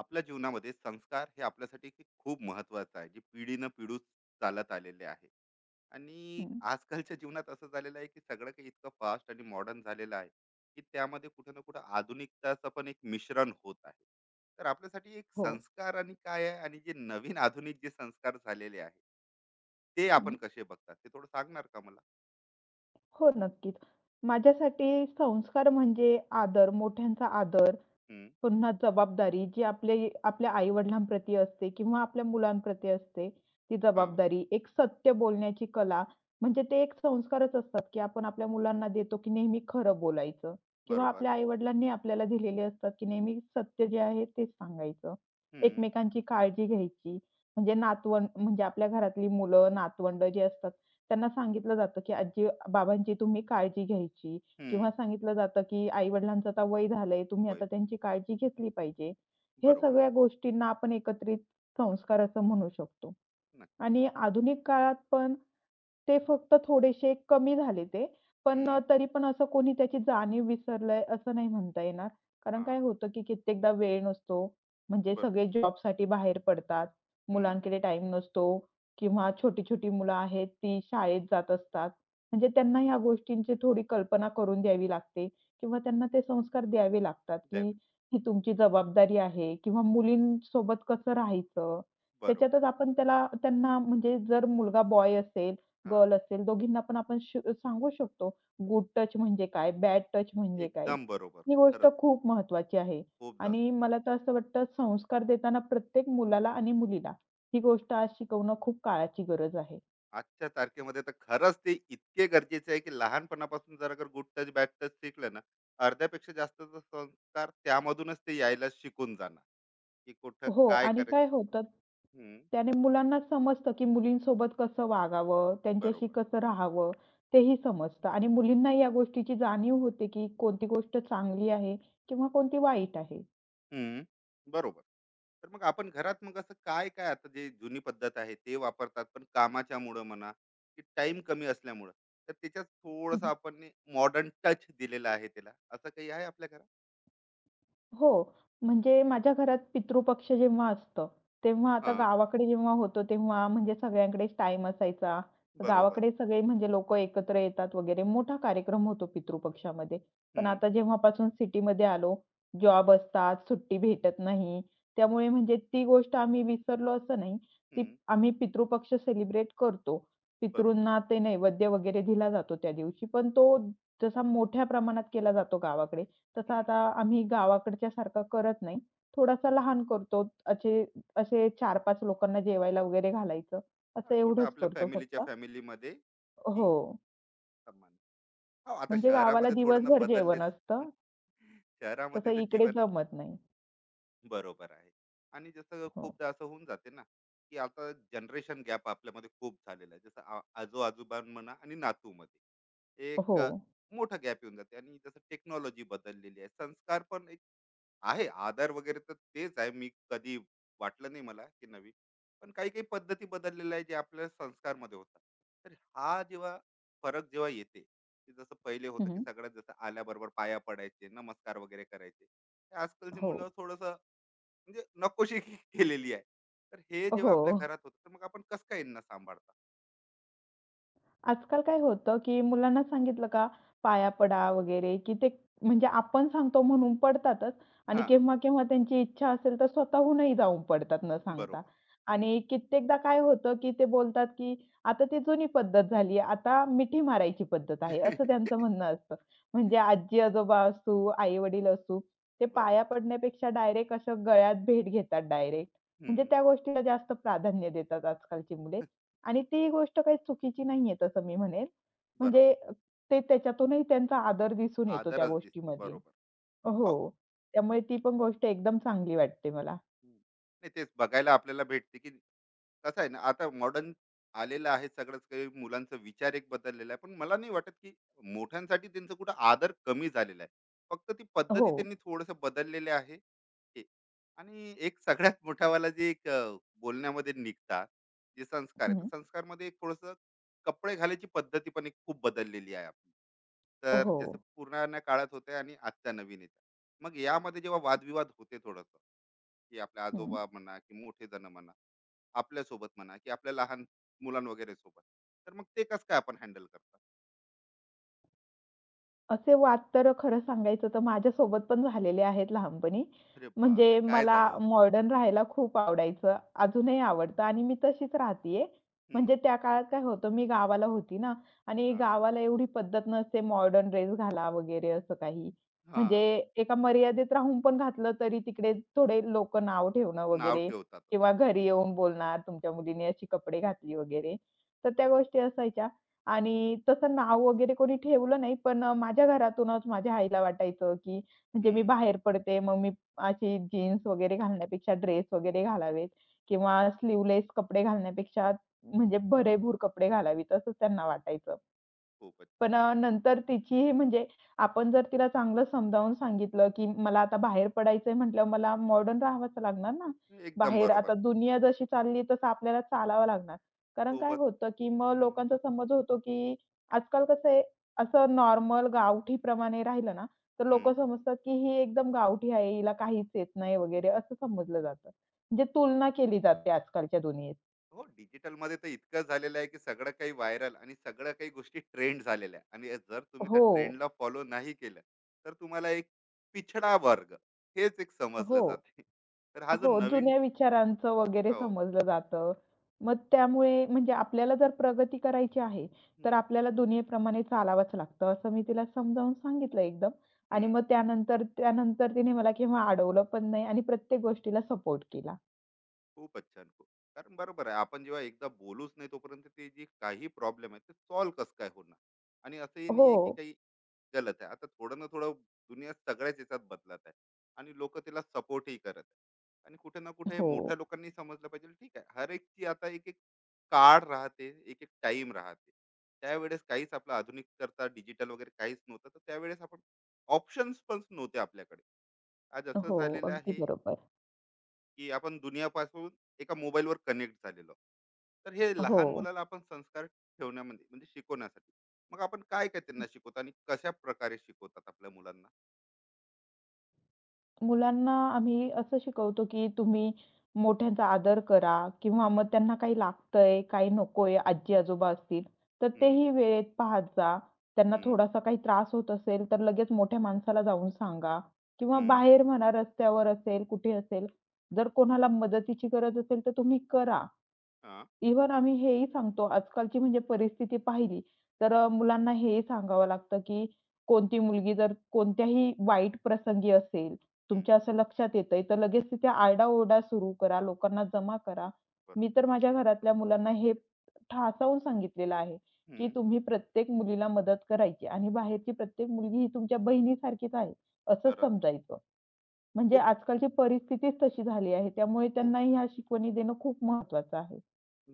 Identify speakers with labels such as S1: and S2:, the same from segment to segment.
S1: आपल्या जीवनामध्ये संस्कार हे आपल्यासाठी ते खूप महत्वाचं आहे जे पिढीनं पिढू चालत आलेले आहे. आणि
S2: हं,
S1: आजकालच्या जीवनात असं झालेलं आहे की सगळं काही इतकं फास्ट आणि मॉडर्न झालेलं आहे की त्यामध्ये कुठं ना कुठं आधुनिकताचं पण एक मिश्रण होत आहे. तर आपल्यासाठी एक
S2: हो.
S1: संस्कार आणि काय आहे आणि जे नवीन आधुनिक जे संस्कार झालेले आहे ते
S2: हं.
S1: आपण कसे बघतात ते थोडं सांगणार का मला?
S2: हो, नक्कीच. माझ्यासाठी संस्कार म्हणजे आदर, मोठ्यांचा आदर
S1: हम्म.
S2: पुन्हा जबाबदारी जी आपली आपल्या आई-वडिलांप्रती असते किंवा आपल्या मुलांप्रती असते, ती
S1: हा.
S2: जबाबदारी, एक सत्य बोलण्याची कला, म्हणजे ते एक संस्कारच असतात, की आपण आपल्या मुलांना देतो, की नेहमी खरं बोलायचं किंवा
S1: बरोबर.
S2: आपल्या आई-वडिलांनी आपल्याला दिलेले असतात, की नेहमी सत्य जे आहे तेच सांगायचं.
S1: हम्म.
S2: एकमेकांची काळजी घ्यायची, म्हणजे नातवंड म्हणजे आपल्या घरातली मुलं, नातवंड जे असतात, त्यांना सांगितलं जातं, की "आजी-बाबांची तुम्ही काळजी घ्यायची." किंवा
S1: हम्म.
S2: सांगितलं जातं, की आई-वडिलांचं आता वय झालंय, तुम्ही आता
S1: वैद-
S2: त्यांची काळजी घेतली पाहिजे. ह्या
S1: बरोबर.
S2: सगळ्या गोष्टींना आपण एकत्रित संस्कार असं म्हणू शकतो.
S1: नक्की.
S2: आणि आधुनिक काळात पण ते फक्त थोडेसे कमी झाले ते. पण
S1: हम्म.
S2: तरी पण असं कोणी त्याची जाणीव विसरलंय असं नाही म्हणता येणार. कारण
S1: हा.
S2: काय होतं, की कित्येकदा वेळ नसतो. म्हणजे
S1: बरोबर.
S2: सगळे जॉबसाठी बाहेर पडतात.
S1: हम्म.
S2: मुलांकडे टाईम नसतो किंवा छोटी-छोटी मुलं आहेत, ती शाळेत जात असतात. म्हणजे त्यांना ह्या गोष्टींची थोडी कल्पना करून द्यावी लागते किंवा त्यांना ते संस्कार द्यावे लागतात, की
S1: द्यावे.
S2: ही तुमची जबाबदारी आहे किंवा मुलींसोबत कसं राहायचं.
S1: बरोबर.
S2: त्याच्यातच आपण त्याला त्यांना म्हणजे जर मुलगा बॉय असेल,
S1: हां,
S2: गर्ल असेल, दोघींना पण आपण सांगू शकतो, गुड टच म्हणजे काय? बॅड टच म्हणजे काय?
S1: एकदम बरोबर.
S2: ही गोष्ट
S1: खरंच
S2: खूप महत्वाची आहे
S1: खूप
S2: आणि
S1: जास्त.
S2: मला तर असं वाटतं संस्कार देताना प्रत्येक मुलाला आणि मुलीला ही गोष्ट आज शिकवणं खूप काळाची गरज आहे.
S1: आजच्या तारखेमध्ये तर खरंच ते इतके गरजेचे आहे, की लहानपणापासून जर अगर गुड टच, बॅड टच शिकलं ना, अर्ध्यापेक्षा जास्तचा संस्कार त्यामधूनच ते यायला शिकून जाणार, की कुठं
S2: हो
S1: काय
S2: आणि काय
S1: करायचं.
S2: होतं,
S1: हं,
S2: त्याने मुलांना समजतं, की मुलींसोबत कसं वागावं, त्यांच्याशी
S1: बरोबर.
S2: कसं राहावं, तेही समजतं आणि मुलींना या गोष्टीची जाणीव होते, की कोणती गोष्ट चांगली आहे किंवा कोणती वाईट आहे.
S1: हं, बरोबर. तर मग आपण घरात मग असं काय-काय आता जे जुनी पद्धत आहे ते वापरतात, पण कामाच्यामुळं म्हणा, की टाईम कमी असल्यामुळं, तर त्याच्यात थोडंसं आपण मॉडर्न टच दिलेला आहे त्याला, असं काही आहे आपल्या घरात?
S2: हो. म्हणजे माझ्या घरात पितृपक्ष जेव्हा असतं, तेव्हा आता
S1: हां,
S2: गावाकडे जेव्हा होतो तेव्हा म्हणजे सगळ्यांकडेच टाईम असायचा.
S1: बरोबर.
S2: गावाकडे सगळे म्हणजे लोकं एकत्र येतात वगैरे मोठा कार्यक्रम होतो पितृपक्षामध्ये. पण
S1: हं,
S2: आता जेव्हापासून सिटीमध्ये आलो, जॉब असतात, सुट्टी भेटत नाही. त्यामुळे म्हणजे ती गोष्ट आम्ही विसरलो असं नाही. ती
S1: हं.
S2: आम्ही पितृपक्ष सेलिब्रेट करतो.
S1: बरोबर.
S2: पितृंना ते नैवेद्य वगैरे दिला जातो त्या दिवशी. पण तो जसा मोठ्या प्रमाणात केला जातो गावाकडे. तसं
S1: हं.
S2: आता आम्ही गावाकडच्या सारखं करत नाही. थोडासा लहान करतो. असे असे 4-5 लोकांना जेवायला वगैरे घालायचं. असं
S1: हां, छोटा
S2: एवढंच
S1: आपल्या
S2: करतो फक्त.
S1: फॅमिलीमध्ये की
S2: हो.
S1: समान. हो, आता
S2: म्हणजे गावाला
S1: शहरामध्ये थोडं ना
S2: दिवसभर जेवण
S1: बदललेच.
S2: असतं. तसं
S1: शहरामध्ये तर
S2: इकडे
S1: जीवन
S2: जमत नाही.
S1: बरोबर आहे. आणि जसं
S2: हो.
S1: खूपदा असं होऊन जाते ना, की आता जनरेशन गॅप आपल्यामध्ये खूप झालेला आहे. जसं आजो-आजोबा म्हणा आणि नातूमध्ये.
S2: हो.
S1: एक अ, मोठा गॅप येऊन जाते आणि जसं टेक्नॉलॉजी बदललेली आहे. संस्कार पण आहे आधार वगैरे तर तेच आहे मी कधी वाटलं नाही मला की नवीन पण काही काही पद्धती बदललेल्या आहे जे आपल्या संस्कारमध्ये होतात. तर हा जेव्हा फरक येते की जसं पहिले होतं की
S2: हं,
S1: सगळ्यात जसं आल्याबरोबर पाया पडायचे नमस्कार वगैरे करायचे ते आजकालची
S2: हो.
S1: मुलं थोडस म्हणजे नकोशी केलेली आहे. तर हे जेव्हा
S2: हो.
S1: आपल्या घरात होतं तर मग आपण कसं काय यांना सांभाळता?
S2: आजकाल काय होतं, की मुलांना सांगितलं का पाया पडा वगैरे, की ते म्हणजे आपण सांगतो म्हणून पडतातच आणि
S1: हा.
S2: केव्हा-केव्हा त्यांची इच्छा असेल तर स्वतःहूनही जाऊन पडतात न सांगता.
S1: बरोबर.
S2: आणि
S1: हम्म.
S2: कित्येकदा काय होतं, की ते बोलतात, की आता ती जुनी पद्धत झाली आहे, आता मिठी मारायची पद्धत आहे, असं त्यांचं म्हणणं असतं. म्हणजे आजी-आजोबा असू, आई-वडील असू, ते
S1: बरोबर.
S2: पाया पडण्यापेक्षा डायरेक्ट असं गळ्यात भेट घेतात डायरेक्ट. म्हणजे
S1: हम्म.
S2: त्या गोष्टीला जास्त प्राधान्य देतात आजकालची मुले. आणि ती गोष्ट काही चुकीची नाहीये तसं मी म्हणेन. म्हणजे
S1: बरोबर.
S2: ते त्याच्यातूनही त्यांचा आदर दिसून येतो त्या
S1: आदरच दिसतो
S2: गोष्टीमध्ये.
S1: बरोबर. हो.
S2: हो. त्यामुळे ती पण गोष्ट एकदम चांगली वाटते मला.
S1: हम्म. नाही तेच बघायला आपल्याला भेटते की कसं आहे ना आता मॉडर्न आलेलं आहे. सगळंच काही मुलांचा विचार एक बदललेला आहे पण मला नाही वाटत की मोठ्यांसाठी त्यांचा कुठं आदर कमी झालेला आहे. फक्त ती
S2: हो.
S1: पद्धती त्यांनी थोडस बदललेली आहे हे. आणि एक सगळ्यात मोठावाला जे बोलण्यामध्ये निघतात जे संस्कार आहे
S2: हं.
S1: तर संस्कारमध्ये एक थोडस कपडे घालायची पद्धती पण एक खूप बदललेली आहे आपली. तर
S2: हो.
S1: जसं पुराण्या काळात होते आणि आजच्या नवीन येतात मग यामध्ये जेव्हा वादविवाद होते थोडस की आपले
S2: हं.
S1: आजोबा म्हणा की मोठे जण म्हणा आपल्या सोबत म्हणा की आपल्या लहान मुलां वगैरे सोबत तर मग ते कसं काय आपण हँडल करतात?
S2: असे वाद तर खरं सांगायचं तर माझ्यासोबत पण झालेले आहेत लहानपणी.
S1: अरे बापरे,
S2: म्हणजे
S1: काय
S2: मला
S1: झालं होतं?
S2: मॉडर्न राहायला खूप आवडायचं. अजूनही आवडतं आणि मी तशीच राहतीये. म्हणजे
S1: हम्म,
S2: त्या काळात काय होतं मी गावाला होती ना आणि
S1: हा.
S2: गावाला एवढी पद्धत नसते मॉडर्न ड्रेस घाला वगैरे असं काही.
S1: हा.
S2: म्हणजे एका मर्यादेत राहून पण घातलं तरी तिकडे थोडे लोकं नाव ठेवणं
S1: नाव
S2: वगैरे
S1: ठेवतात.
S2: किंवा घरी येऊन बोलणार तुमच्या मुलीने अशी कपडे घातली वगैरे. तर त्या गोष्टी असायच्या. आणि तसं नाव वगैरे कोणी ठेवलं नाही, पण माझ्या घरातूनच माझ्या आईला वाटायचं, की म्हणजे मी
S1: हम्म,
S2: बाहेर पडते, मग मी अशी जीन्स वगैरे घालण्यापेक्षा ड्रेस वगैरे घालावेत किंवा स्लीवलेस कपडे घालण्यापेक्षा म्हणजे भरेभूर कपडे घालावेत, असं त्यांना वाटायचं.
S1: खूपच छान.
S2: पण नंतर तिचीही म्हणजे आपण जर तिला चांगलं समजावून सांगितलं, की मला आता बाहेर पडायचंय म्हटल्यावर मला मॉडर्न राहावंच लागणार ना.
S1: एकदम
S2: बाहेर
S1: बरोबर
S2: आता
S1: आहे.
S2: दुनिया जशी चालली तसं आपल्याला चालावं लागणार. कारण काय
S1: सोबत.
S2: होतं, की मग
S1: हम्म.
S2: लोकांचा समज होतो, की आजकाल कसं आहे, असं नॉर्मल गावठीप्रमाणे राहिलं ना, तर
S1: हम्म.
S2: लोकं समजतात, की ही एकदम गावठी आहे, हिला काहीच येत नाही वगैरे
S1: येत.
S2: असं समजलं जातं. म्हणजे तुलना केली जाते आजकालच्या दुनियेत.
S1: हो, डिजिटल मध्ये तर इतकं झालेलं आहे की सगळं काही व्हायरल आणि सगळं काही गोष्टी ट्रेंड झालेल्या आहे आणि जर तुम्ही त्या
S2: हो.
S1: ट्रेंडला फॉलो नाही केलं तर तुम्हाला एक पिछडा वर्ग हेच एक समजलं
S2: हो.
S1: जाते. तर हा जो
S2: हो,
S1: नवीन
S2: जुन्या विचारांचं वगैरे
S1: हो.
S2: समजलं जातं. मग त्यामुळे म्हणजे आपल्याला जर प्रगती करायची आहे, तर
S1: हं,
S2: आपल्याला दुनियेप्रमाणे चालावंच लागतं, असं मी तिला समजावून सांगितलं एकदम. आणि
S1: हं.
S2: मग त्यानंतर त्यानंतर तिने मला केव्हा अडवलं पण नाही आणि प्रत्येक गोष्टीला सपोर्ट केला.
S1: खूपच छान. खूप कारण बरोबर आहे. आपण जेव्हा एकदा बोलूच नाही तोपर्यंत ते जी काही प्रॉब्लेम आहे, ते सॉल्व्ह कसं काय होणार? आणि असंही नाही आहे की
S2: हो,
S1: काही गलत आहे. आता थोडं ना थोडं दुनिया सगळ्याच याच्यात बदलत आहे आणि लोकं त्याला सपोर्टही करत आहे. आणि कुठे ना कुठे हे मोठ्या
S2: हो,
S1: लोकांनी समजलं पाहिजे, ठीक आहे. हर एकची आता एक-एक काळ राहते, एक-एक टाईम राहते. त्यावेळेस काहीच आपलं आधुनिक करता डिजिटल वगैरे काहीच नव्हतं. तर त्यावेळेस आपण ऑप्शन्स पण नव्हते आपल्याकडे. आज असं
S2: हो.
S1: झालेलं
S2: अगदी
S1: आहे
S2: बरोबर.
S1: की आपण दुनियापासून एका मोबाईलवर कनेक्ट झालेलो आहोत. तर हे
S2: हो.
S1: लहान मुलाला आपण संस्कार ठेवण्यामध्ये म्हणजे शिकवण्यासाठी मग आपण काय काय त्यांना शिकवतो आणि कशा प्रकारे शिकवतात आपल्या मुलांना?
S2: मुलांना आम्ही असं शिकवतो, की तुम्ही मोठ्यांचा आदर करा किंवा
S1: हम्म.
S2: मग त्यांना काही लागतंय, काही नकोय, आजी-आजोबा असतील, तर
S1: हम्म.
S2: तेही वेळेत पाहत जा. त्यांना
S1: हम्म.
S2: थोडासा काही त्रास होत असेल, तर लगेच मोठ्या माणसाला जाऊन सांगा किंवा
S1: हम्म.
S2: बाहेर म्हणा रस्त्यावर असेल, कुठे असेल, जर कोणाला मदतीची गरज असेल, तर तुम्ही करा.
S1: हा.
S2: इव्हन आम्ही हेही सांगतो, आजकालची म्हणजे परिस्थिती पाहिली, तर मुलांना हेही सांगावं लागतं, की कोणती मुलगी जर कोणत्याही वाईट प्रसंगी असेल,
S1: हम्म.
S2: तुमच्या असं लक्षात येतंय, तर लगेच तिथे आरडा-ओरडा सुरू करा, लोकांना जमा करा. मी
S1: बरोबर.
S2: तर माझ्या घरातल्या मुलांना हे ठासावून सांगितलेलं आहे, की
S1: हम्म.
S2: तुम्ही प्रत्येक मुलीला मदत करायची आणि बाहेरची प्रत्येक मुलगी ही तुमच्या बहिणीसारखीच आहे. असं
S1: खरंच
S2: समजायचं. म्हणजे
S1: खूप.
S2: आजकालची परिस्थितीच तशी झाली आहे. त्यामुळे
S1: हो.
S2: त्यांना ह्या शिकवणी देणं खूप महत्वाचं आहे.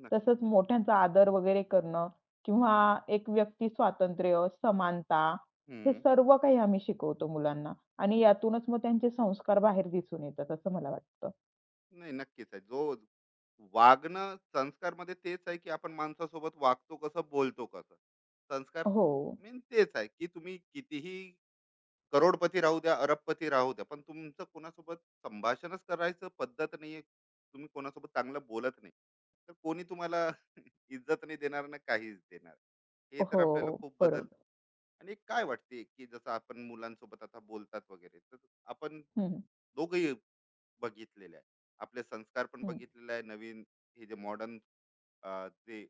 S1: नक्कीच.
S2: तसंच मोठ्यांचा आदर वगैरे करणं किंवा एक व्यक्ती स्वातंत्र्य, समानता हे
S1: हम्म.
S2: सर्व काही आम्ही शिकवतो मुलांना आणि यातूनच मग त्यांचे संस्कार बाहेर दिसून येतात असं मला वाटतं.
S1: नाही नक्कीच आहे जो वागणं संस्कार मध्ये तेच आहे की आपण माणसासोबत वागतो कसं, बोलतो कसं. संस्कार
S2: हो.
S1: मेन तेच आहे की तुम्ही कितीही करोडपती राहू द्या, अरबपती राहू द्या, पण तुमचं कोणासोबत संभाषणच करायचं पद्धत नाहीये. तुम्ही कोणासोबत चांगलं बोलत नाही. तर कोणी तुम्हाला इज्जत नाही देणार ना काहीच देणार. हे तर
S2: हो.
S1: आपल्याला खूप बदल
S2: बरोबर.
S1: आणि काय वाटते, की जसं आपण मुलांसोबत आता बोलतात वगैरे, तर आपण
S2: हं,
S1: दोघंही बघितलेले आहे. आपले संस्कार पण
S2: हं.
S1: बघितलेले आहे. नवीन हे जे मॉडर्न जे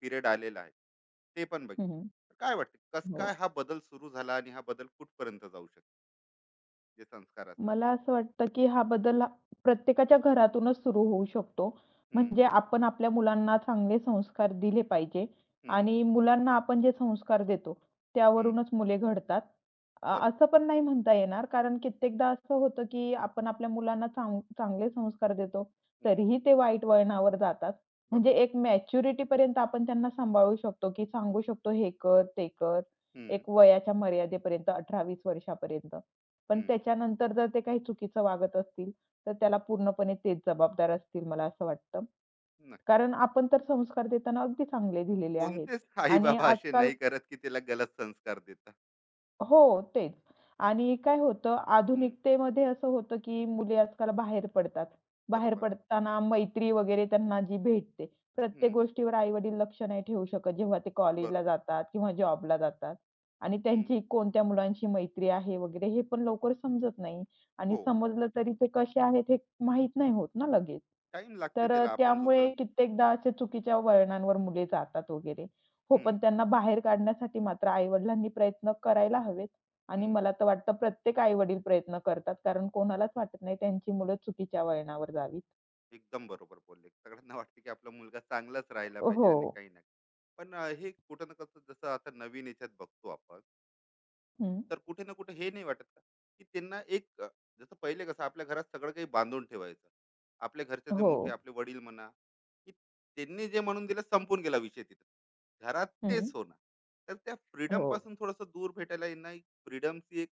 S1: पिरियड आलेला आहे, ते पण बघितलं.
S2: हं,
S1: तर काय वाटतं, कसं
S2: हो.
S1: काय हा बदल सुरू झाला आणि हा बदल कुठपर्यंत जाऊ शकतो, जे संस्काराचा
S2: मला असं वाटतं, की हा बदल प्रत्येकाच्या घरातूनच सुरू होऊ शकतो.
S1: हं.
S2: म्हणजे आपण आपल्या मुलांना चांगले संस्कार दिले पाहिजे
S1: हं.
S2: आणि मुलांना आपण जे संस्कार देतो,
S1: हं.
S2: त्यावरूनच मुले घडतात.
S1: बरोबर.
S2: असं पण नाही म्हणता येणार, कारण कित्येकदा असं होतं, की आपण आपल्या मुलांना चांगले संस्कार देतो,
S1: हं,
S2: तरीही ते वाईट वळणावर जातात. म्हणजे
S1: बरोबर.
S2: एक मॅच्युरिटीपर्यंत आपण त्यांना सांभाळू शकतो, की सांगू शकतो, "हे कर, ते कर."
S1: हं,
S2: एक वयाच्या मर्यादेपर्यंत 18 वर्षापर्यंत. पण
S1: हं.
S2: त्याच्यानंतर जर ते काही चुकीचं वागत असतील, तर त्याला पूर्णपणे तेच जबाबदार असतील मला असं वाटतं.
S1: नक्की.
S2: कारण आपण तर संस्कार देताना अगदी चांगले दिलेले आहेत
S1: कोणतेच
S2: आणि
S1: आई-बाबा असे
S2: आजकाल
S1: नाही करत, की त्याला गलत संस्कार देतात.
S2: हो, तेच. आणि काय होतं
S1: हं,
S2: आधुनिकतेमध्ये असं होतं, की मुली आजकाल बाहेर पडतात. बाहेर
S1: बरोबर.
S2: पडताना मैत्री वगैरे त्यांना जी भेटते, प्रत्येक
S1: हं,
S2: गोष्टीवर आई-वडील लक्ष नाही ठेवू शकत, जेव्हा ते कॉलेजला
S1: बरोबर.
S2: जातात किंवा जॉबला जातात. आणि
S1: हं,
S2: त्यांची कोणत्या मुलांशी मैत्री आहे वगैरे हे पण लवकर समजत नाही. आणि
S1: हो.
S2: समजलं तरी ते कसे आहेत हे माहीत नाही होत ना लगेच.
S1: टाईम लागते
S2: तर
S1: त्याला आपण
S2: त्यामुळे
S1: जोपर्यंत
S2: कित्येकदा अशा चुकीच्या वळणांवर मुले जातात वगैरे. हो,
S1: हं,
S2: पण त्यांना बाहेर काढण्यासाठी मात्र आई-वडिलांनी प्रयत्न करायला हवेत आणि
S1: हं.
S2: मला तर वाटतं प्रत्येक आई-वडील प्रयत्न करतात. कारण कोणालाच वाटत नाही त्यांची मुलं चुकीच्या वळणावर जावीत.
S1: एकदम बरोबर बोलले. सगळ्यांना वाटते, की आपला मुलगा चांगलाच राहिला पाहिजे आणि
S2: हो.
S1: काही नाही. हे कुठं ना कसं जसं आता नवीन याच्यात बघतो आपण
S2: हं.
S1: तर कुठे ना कुठे हे नाही वाटत का की त्यांना जसं पहिले कसं आपल्या घरात सगळं काही बांधून ठेवायचं आपल्या घरचे जे
S2: हो.
S1: मोठे आपले वडील म्हणा की त्यांनी जे म्हणून दिलं संपून गेला विषय तिथे घरात
S2: हं.
S1: तेच होणार तर त्या फ्रीडम
S2: हो.
S1: पासून थोडस दूर भेटायला यांना एक फ्रीडमची एक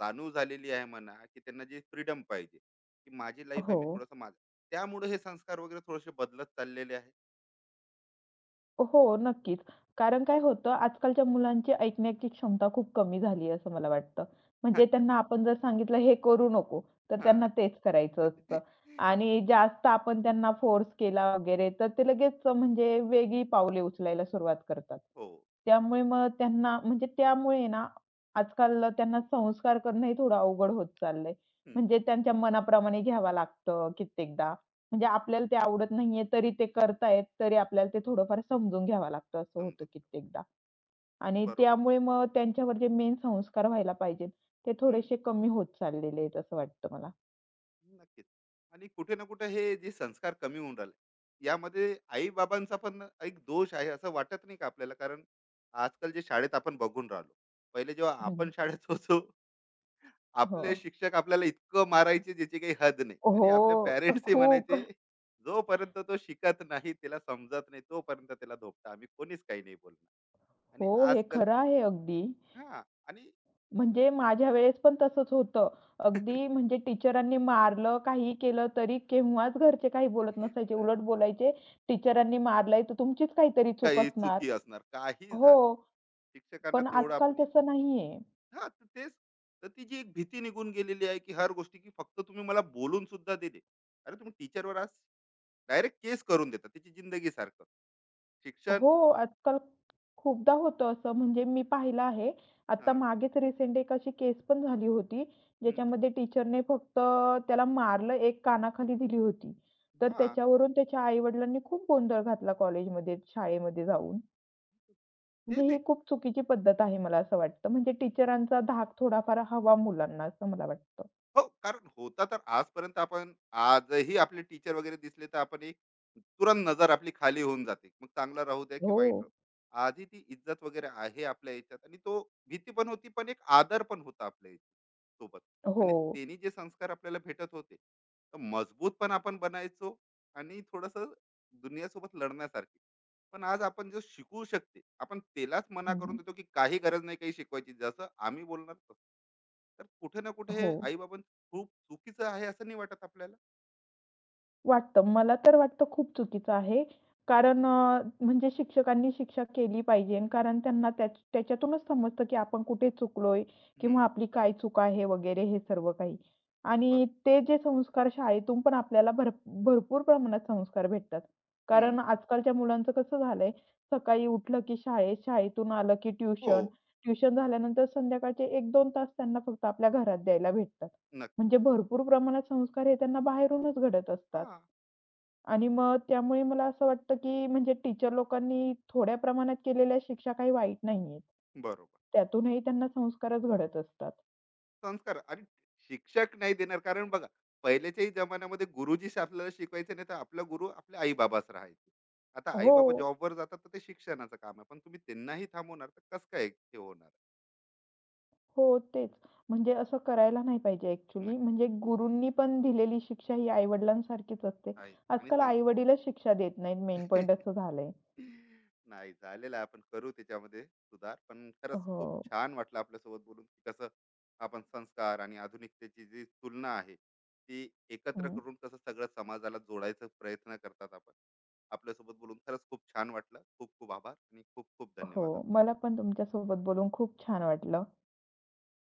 S1: जाणीव झालेली आहे म्हणा की त्यांना जे फ्रीडम पाहिजे की माझी लाईफ
S2: हो.
S1: आहे मी थोडस माझं त्यामुळे हे संस्कार वगैरे थोडेसे बदलत चाललेले आहे.
S2: हो, नक्कीच. कारण काय होतं, आजकालच्या मुलांची ऐकण्याची क्षमता खूप कमी झाली आहे, असं मला वाटतं. म्हणजे
S1: अच्छा.
S2: त्यांना आपण जर सांगितलं, "हे करू नको," तर
S1: हा.
S2: त्यांना तेच करायचं असतं. आणि जास्त आपण त्यांना फोर्स केला वगैरे, तर ते लगेच म्हणजे वेगळी पावले उचलायला सुरुवात करतात.
S1: हो.
S2: त्यामुळे मग त्यांना म्हणजे त्यामुळे ना, आजकाल त्यांना संस्कार करणंही थोडं अवघड होत चाललंय.
S1: हम्म.
S2: म्हणजे त्यांच्या मनाप्रमाणे घ्यावा लागतं कित्येकदा. म्हणजे
S1: हम्म.
S2: आपल्याला ते आवडत नाहीये तरी ते करतायेत, तरी आपल्याला ते थोडंफार समजून घ्यावं लागतं असं होतं
S1: समजून.
S2: कित्येकदा. आणि त्यामुळे
S1: बरोबर.
S2: मग त्यांच्यावर जे मेन संस्कार व्हायला पाहिजेत, ते थोडेसे कमी होत चाललेले आहेत असं वाटतं मला.
S1: नक्कीच. आणि कुठे ना कुठे हे जे संस्कार कमी होऊन राहिले, यामध्ये आई-बाबांचा पण एक दोष आहे असं वाटत नाही का आपल्याला? कारण आजकाल जे शाळेत आपण बघून राहिलो. पहिले जेव्हा
S2: हं,
S1: आपण शाळेत होतो,
S2: हो.
S1: आपले शिक्षक आपल्याला इतकं मारायचे ज्याची काही हद नाही आणि आपले
S2: हो.
S1: पॅरेंट्सही म्हणायचे,
S2: खूप.
S1: "जोपर्यंत तो शिकत नाही, त्याला समजत नाही, तोपर्यंत त्याला धोपटा. आम्ही कोणीच काही नाही बोलणार." आणि
S2: हो, हे
S1: आजकाल
S2: खरं आहे अगदी.
S1: हां. आणि
S2: म्हणजे माझ्या वेळेस पण तसंच होतं. अगदी म्हणजे टीचरांनी मारलं, काहीही केलं तरी केव्हाच घरचे काही बोलत नसायचे. उलट बोलायचे, "टीचरांनी मारलंय तर तुमचीच काहीतरी चूक
S1: काही
S2: असणार."
S1: चुकी असणार, काही झालं.
S2: हो.
S1: शिक्षकांना
S2: पण
S1: तेवढं
S2: आजकाल
S1: आपण
S2: तसं नाहीये.
S1: हां, तर तेच. तर ती जी एक भीती निघून गेलेली आहे, की हर गोष्टी की फक्त तुम्ही मला बोलून सुद्धा दिले. अरे, तुम्ही टीचरवर आज डायरेक्ट केस करून देता त्याची जिंदगीसारखं. शिक्षण
S2: हो, आजकाल खूपदा होतं असं म्हणजे मी पाहिलं आहे. आता
S1: हां.
S2: मागेच रिसेंट एक अशी केस पण झाली होती,
S1: हं.
S2: ज्याच्यामध्ये टीचरने फक्त त्याला मारलं, एक कानाखाली दिली होती. तर
S1: हां.
S2: त्याच्यावरून त्याच्या आई-वडिलांनी खूप गोंधळ घातला कॉलेजमध्ये, शाळेमध्ये जाऊन. म्हणजे
S1: तेच
S2: ही
S1: एक
S2: खूप चुकीची पद्धत आहे मला असं वाटतं. म्हणजे टीचरांचा धाक थोडाफार हवा मुलांना असं मला वाटतं.
S1: हो, कारण होता तर आजपर्यंत आपण आजही आपले टीचर वगैरे दिसले तर आपण एक तुरंत नजर आपली खाली होऊन जाते. मग चांगला राहू द्या की वाईट
S2: हो.
S1: राहू. आजही ती इज्जत वगैरे आहे आपल्या ह्याच्यात आणि तो भीती पण होती, पण एक आदर पण होता आपल्या ह्याच्यात. सोबत
S2: हो.
S1: आणि त्यांनी जे संस्कार आपल्याला भेटत होते तर मजबूत पण आपण बनायचो आणि थोडस दुनियासोबत लढण्यासारखे पण आज आपण जो शिकू शकते आपण त्यालाच मना
S2: हं,
S1: करून
S2: हं.
S1: देतो की काही गरज नाही काही शिकवायची जसं आम्ही बोलणार तसं तर कुठे ना कुठे हे
S2: हो.
S1: आईबाबां खूप चुकीचं आहे असं नाही वाटत आपल्याला?
S2: वाटतं. मला तर वाटतं खूप चुकीचं आहे. कारण म्हणजे शिक्षकांनी शिक्षा केली पाहिजे आणि कारण त्यांना त्या त्याच्यातूनच समजतं, की आपण कुठे चुकलोय किंवा
S1: हम्म.
S2: आपली काय चूक आहे वगैरे हे सर्व काही.
S1: बरोबर.
S2: आणि ते जे संस्कार शाळेतून पण आपल्याला भरपूर प्रमाणात संस्कार भेटतात. कारण
S1: हम्म.
S2: आजकालच्या मुलांचं कसं झालंय, सकाळी उठलं की शाळेत, शाळेतून आलं की
S1: हो.
S2: ट्युशन, ट्युशन झाल्यानंतर संध्याकाळचे 1-2 तास त्यांना फक्त आपल्या घरात द्यायला भेटतात.
S1: नक्की.
S2: म्हणजे भरपूर प्रमाणात संस्कार हे त्यांना बाहेरूनच घडत असतात.
S1: हा.
S2: आणि मग त्यामुळे मला असं वाटतं, की म्हणजे टीचर लोकांनी थोड्या प्रमाणात केलेल्या शिक्षा काही वाईट नाहीयेत.
S1: बरोबर.
S2: त्यातूनही त्यांना संस्कारच घडत असतात.
S1: संस्कार आणि शिक्षक नाही देणार कारण बघा पहिल्याच्याही जमान्यामध्ये गुरुजीच आपल्याला शिकवायचे नाही तर आपला गुरु आपले आई बाबाच राहायचे. आता आई बाबा
S2: हो,
S1: जॉबवर जातात तर ते शिक्षणाचं काम आहे पण तुम्ही त्यांनाही थांबवणार तर कसं काय हे होणार?
S2: हो, तेच. म्हणजे असं करायला नाही पाहिजे ॲक्चुअली.
S1: नक्की
S2: म्हणजे गुरूंनी पण दिलेली शिक्षा ही आई-वडिलांसारखीच असते.
S1: आहे आणि
S2: आजकाल
S1: संस्कार
S2: आई-वडीलच शिक्षा देत नाहीत मेन पॉइंट असं झालंय.
S1: नाही झालेलं आहे. आपण करू त्याच्यामध्ये सुधार. पण खरंच
S2: हो.
S1: खूप छान वाटलं आपल्यासोबत बोलून, की कसं आपण संस्कार आणि आधुनिकतेची जी तुलना आहे, ती एकत्र
S2: हं.
S1: करून कसं सगळं समाजाला जोडायचा प्रयत्न करतात आपण. आपल्यासोबत बोलून खरंच खूप छान वाटलं. खूप खूप आभार आणि खूप खूप
S2: हो.
S1: धन्यवाद आपले.
S2: मला पण तुमच्यासोबत बोलून खूप छान वाटलं.